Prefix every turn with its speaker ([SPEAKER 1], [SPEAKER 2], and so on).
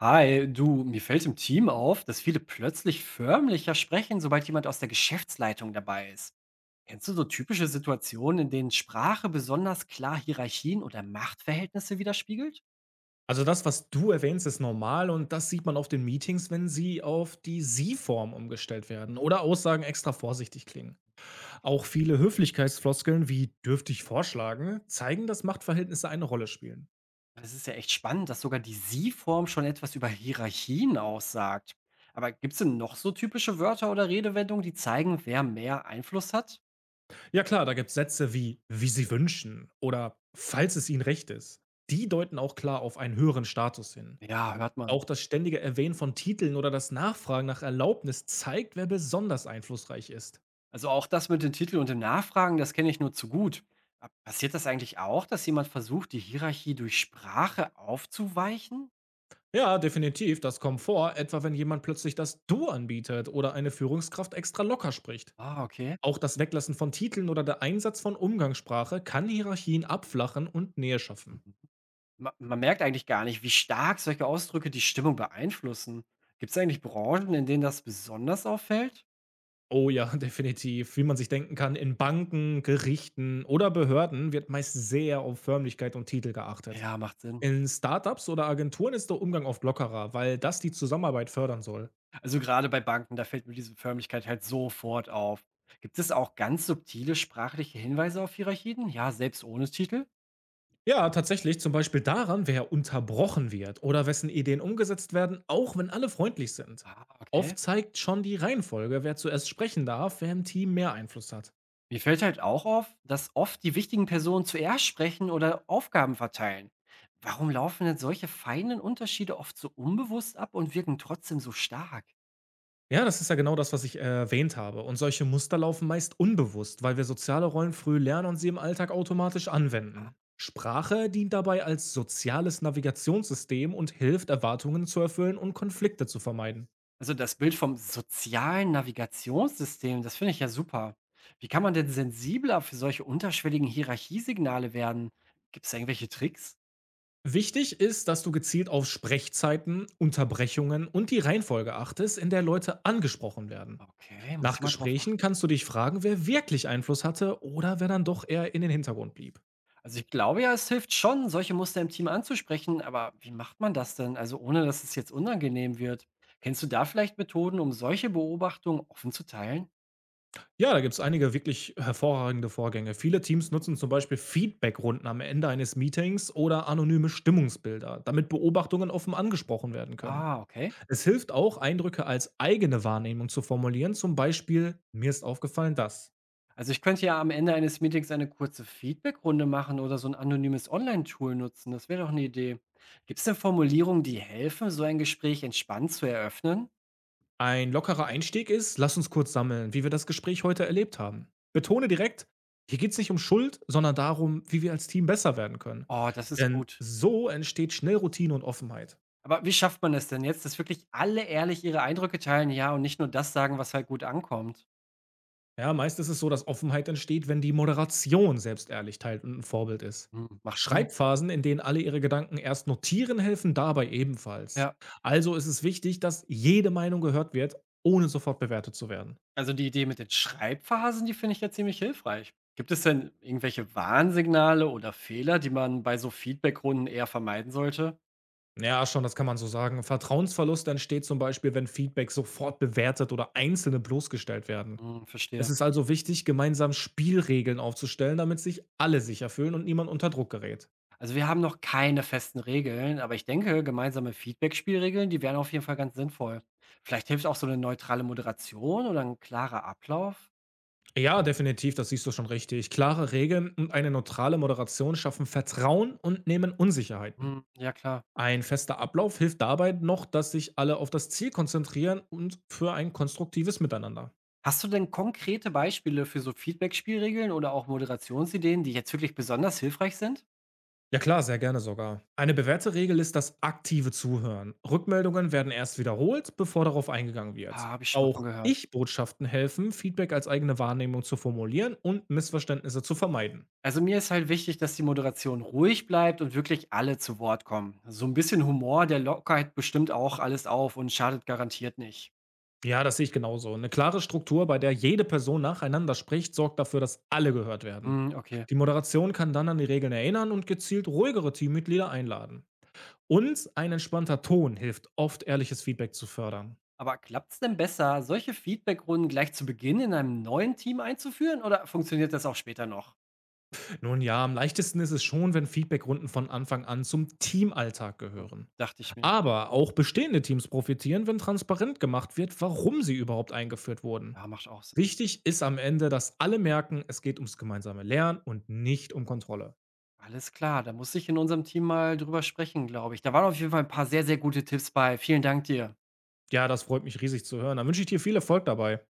[SPEAKER 1] Hi, du, mir fällt im Team auf, dass viele plötzlich förmlicher sprechen, sobald jemand aus der Geschäftsleitung dabei ist. Kennst du so typische Situationen, in denen Sprache besonders klar Hierarchien oder Machtverhältnisse widerspiegelt?
[SPEAKER 2] Also das, was du erwähnst, ist normal und das sieht man auf den Meetings, wenn sie auf die Sie-Form umgestellt werden oder Aussagen extra vorsichtig klingen. Auch viele Höflichkeitsfloskeln wie dürfte ich vorschlagen zeigen, dass Machtverhältnisse eine Rolle spielen.
[SPEAKER 1] Das ist ja echt spannend, dass sogar die Sie-Form schon etwas über Hierarchien aussagt. Aber gibt es denn noch so typische Wörter oder Redewendungen, die zeigen, wer mehr Einfluss hat?
[SPEAKER 2] Ja klar, da gibt es Sätze wie sie wünschen oder falls es ihnen recht ist. Die deuten auch klar auf einen höheren Status hin.
[SPEAKER 1] Ja, hört man.
[SPEAKER 2] Auch das ständige Erwähnen von Titeln oder das Nachfragen nach Erlaubnis zeigt, wer besonders einflussreich ist.
[SPEAKER 1] Also auch das mit den Titeln und dem Nachfragen, das kenne ich nur zu gut. Passiert das eigentlich auch, dass jemand versucht, die Hierarchie durch Sprache aufzuweichen?
[SPEAKER 2] Ja, definitiv, das kommt vor, etwa wenn jemand plötzlich das Du anbietet oder eine Führungskraft extra locker spricht.
[SPEAKER 1] Ah, okay.
[SPEAKER 2] Auch das Weglassen von Titeln oder der Einsatz von Umgangssprache kann Hierarchien abflachen und Nähe schaffen.
[SPEAKER 1] Mhm. Man merkt eigentlich gar nicht, wie stark solche Ausdrücke die Stimmung beeinflussen. Gibt es eigentlich Branchen, in denen das besonders auffällt?
[SPEAKER 2] Oh ja, definitiv. Wie man sich denken kann, in Banken, Gerichten oder Behörden wird meist sehr auf Förmlichkeit und Titel geachtet.
[SPEAKER 1] Ja, macht Sinn.
[SPEAKER 2] In Startups oder Agenturen ist der Umgang oft lockerer, weil das die Zusammenarbeit fördern soll.
[SPEAKER 1] Also gerade bei Banken, da fällt mir diese Förmlichkeit halt sofort auf. Gibt es auch ganz subtile sprachliche Hinweise auf Hierarchien? Ja, selbst ohne Titel?
[SPEAKER 2] Ja, tatsächlich, zum Beispiel daran, wer unterbrochen wird oder wessen Ideen umgesetzt werden, auch wenn alle freundlich sind.
[SPEAKER 1] Ah,
[SPEAKER 2] Oft
[SPEAKER 1] okay.
[SPEAKER 2] zeigt schon die Reihenfolge, wer zuerst sprechen darf, wer im Team mehr Einfluss hat.
[SPEAKER 1] Mir fällt halt auch auf, dass oft die wichtigen Personen zuerst sprechen oder Aufgaben verteilen. Warum laufen denn solche feinen Unterschiede oft so unbewusst ab und wirken trotzdem so stark?
[SPEAKER 2] Ja, das ist ja genau das, was ich erwähnt habe. Und solche Muster laufen meist unbewusst, weil wir soziale Rollen früh lernen und sie im Alltag automatisch
[SPEAKER 1] Ja.
[SPEAKER 2] anwenden. Sprache dient dabei als soziales Navigationssystem und hilft, Erwartungen zu erfüllen und Konflikte zu vermeiden.
[SPEAKER 1] Also das Bild vom sozialen Navigationssystem, das finde ich ja super. Wie kann man denn sensibler für solche unterschwelligen Hierarchiesignale werden? Gibt es irgendwelche Tricks?
[SPEAKER 2] Wichtig ist, dass du gezielt auf Sprechzeiten, Unterbrechungen und die Reihenfolge achtest, in der Leute angesprochen werden.
[SPEAKER 1] Okay, muss
[SPEAKER 2] Nach
[SPEAKER 1] ich mal drauf.
[SPEAKER 2] Gesprächen kannst du dich fragen, wer wirklich Einfluss hatte oder wer dann doch eher in den Hintergrund blieb.
[SPEAKER 1] Also ich glaube ja, es hilft schon, solche Muster im Team anzusprechen, aber wie macht man das denn? Also ohne, dass es jetzt unangenehm wird. Kennst du da vielleicht Methoden, um solche Beobachtungen offen zu teilen?
[SPEAKER 2] Ja, da gibt es einige wirklich hervorragende Vorgänge. Viele Teams nutzen zum Beispiel Feedbackrunden am Ende eines Meetings oder anonyme Stimmungsbilder, damit Beobachtungen offen angesprochen werden können.
[SPEAKER 1] Ah, okay.
[SPEAKER 2] Es hilft auch, Eindrücke als eigene Wahrnehmung zu formulieren, zum Beispiel, mir ist aufgefallen dass.
[SPEAKER 1] Also ich könnte ja am Ende eines Meetings eine kurze Feedbackrunde machen oder so ein anonymes Online-Tool nutzen. Das wäre doch eine Idee. Gibt es denn Formulierungen, die helfen, so ein Gespräch entspannt zu eröffnen?
[SPEAKER 2] Ein lockerer Einstieg ist: „Lass uns kurz sammeln, wie wir das Gespräch heute erlebt haben.“ Betone direkt: „Hier geht es nicht um Schuld, sondern darum, wie wir als Team besser werden können.“
[SPEAKER 1] Oh, das ist
[SPEAKER 2] Denn
[SPEAKER 1] gut.
[SPEAKER 2] so entsteht schnell Routine und Offenheit.
[SPEAKER 1] Aber wie schafft man es denn jetzt, dass wirklich alle ehrlich ihre Eindrücke teilen, ja, und nicht nur das sagen, was halt gut ankommt?
[SPEAKER 2] Ja, meist ist es so, dass Offenheit entsteht, wenn die Moderation selbst ehrlich teilt und ein Vorbild ist.
[SPEAKER 1] Hm, macht Sinn.
[SPEAKER 2] Schreibphasen, in denen alle ihre Gedanken erst notieren, helfen dabei ebenfalls.
[SPEAKER 1] Ja.
[SPEAKER 2] Also ist es wichtig, dass jede Meinung gehört wird, ohne sofort bewertet zu werden.
[SPEAKER 1] Also die Idee mit den Schreibphasen, die finde ich ja ziemlich hilfreich. Gibt es denn irgendwelche Warnsignale oder Fehler, die man bei so Feedbackrunden eher vermeiden sollte?
[SPEAKER 2] Ja, schon, das kann man so sagen. Vertrauensverlust entsteht zum Beispiel, wenn Feedback sofort bewertet oder Einzelne bloßgestellt werden.
[SPEAKER 1] Hm,
[SPEAKER 2] Es
[SPEAKER 1] verstehe.
[SPEAKER 2] ist also wichtig, gemeinsam Spielregeln aufzustellen, damit sich alle sicher fühlen und niemand unter Druck gerät.
[SPEAKER 1] Also wir haben noch keine festen Regeln, aber ich denke, gemeinsame Feedback-Spielregeln, die wären auf jeden Fall ganz sinnvoll. Vielleicht hilft auch so eine neutrale Moderation oder ein klarer Ablauf.
[SPEAKER 2] Ja, definitiv, das siehst du schon richtig. Klare Regeln und eine neutrale Moderation schaffen Vertrauen und nehmen Unsicherheiten.
[SPEAKER 1] Hm, ja klar.
[SPEAKER 2] Ein fester Ablauf hilft dabei noch, dass sich alle auf das Ziel konzentrieren und für ein konstruktives Miteinander.
[SPEAKER 1] Hast du denn konkrete Beispiele für so Feedback-Spielregeln oder auch Moderationsideen, die jetzt wirklich besonders hilfreich sind?
[SPEAKER 2] Ja klar, sehr gerne sogar. Eine bewährte Regel ist das aktive Zuhören. Rückmeldungen werden erst wiederholt, bevor darauf eingegangen wird.
[SPEAKER 1] Ah, habe ich schon mal von
[SPEAKER 2] Auch
[SPEAKER 1] gehört.
[SPEAKER 2] Ich-Botschaften helfen, Feedback als eigene Wahrnehmung zu formulieren und Missverständnisse zu vermeiden.
[SPEAKER 1] Also mir ist halt wichtig, dass die Moderation ruhig bleibt und wirklich alle zu Wort kommen. So ein bisschen Humor, der Lockerheit bestimmt auch alles auf und schadet garantiert nicht.
[SPEAKER 2] Ja, das sehe ich genauso. Eine klare Struktur, bei der jede Person nacheinander spricht, sorgt dafür, dass alle gehört werden.
[SPEAKER 1] Hm, okay.
[SPEAKER 2] Die Moderation kann dann an die Regeln erinnern und gezielt ruhigere Teammitglieder einladen. Und ein entspannter Ton hilft oft, ehrliches Feedback zu fördern.
[SPEAKER 1] Aber klappt es denn besser, solche Feedbackrunden gleich zu Beginn in einem neuen Team einzuführen oder funktioniert das auch später noch?
[SPEAKER 2] Nun ja, am leichtesten ist es schon, wenn Feedbackrunden von Anfang an zum Teamalltag
[SPEAKER 1] Hm,
[SPEAKER 2] gehören.
[SPEAKER 1] dachte ich mir.
[SPEAKER 2] Aber auch bestehende Teams profitieren, wenn transparent gemacht wird, warum sie überhaupt eingeführt wurden.
[SPEAKER 1] Ja, macht auch Sinn.
[SPEAKER 2] Wichtig ist am Ende, dass alle merken, es geht ums gemeinsame Lernen und nicht um Kontrolle.
[SPEAKER 1] Alles klar, da muss ich in unserem Team mal drüber sprechen, glaube ich. Da waren auf jeden Fall ein paar sehr, sehr gute Tipps bei. Vielen Dank dir.
[SPEAKER 2] Ja, das freut mich riesig zu hören. Dann wünsche ich dir viel Erfolg dabei.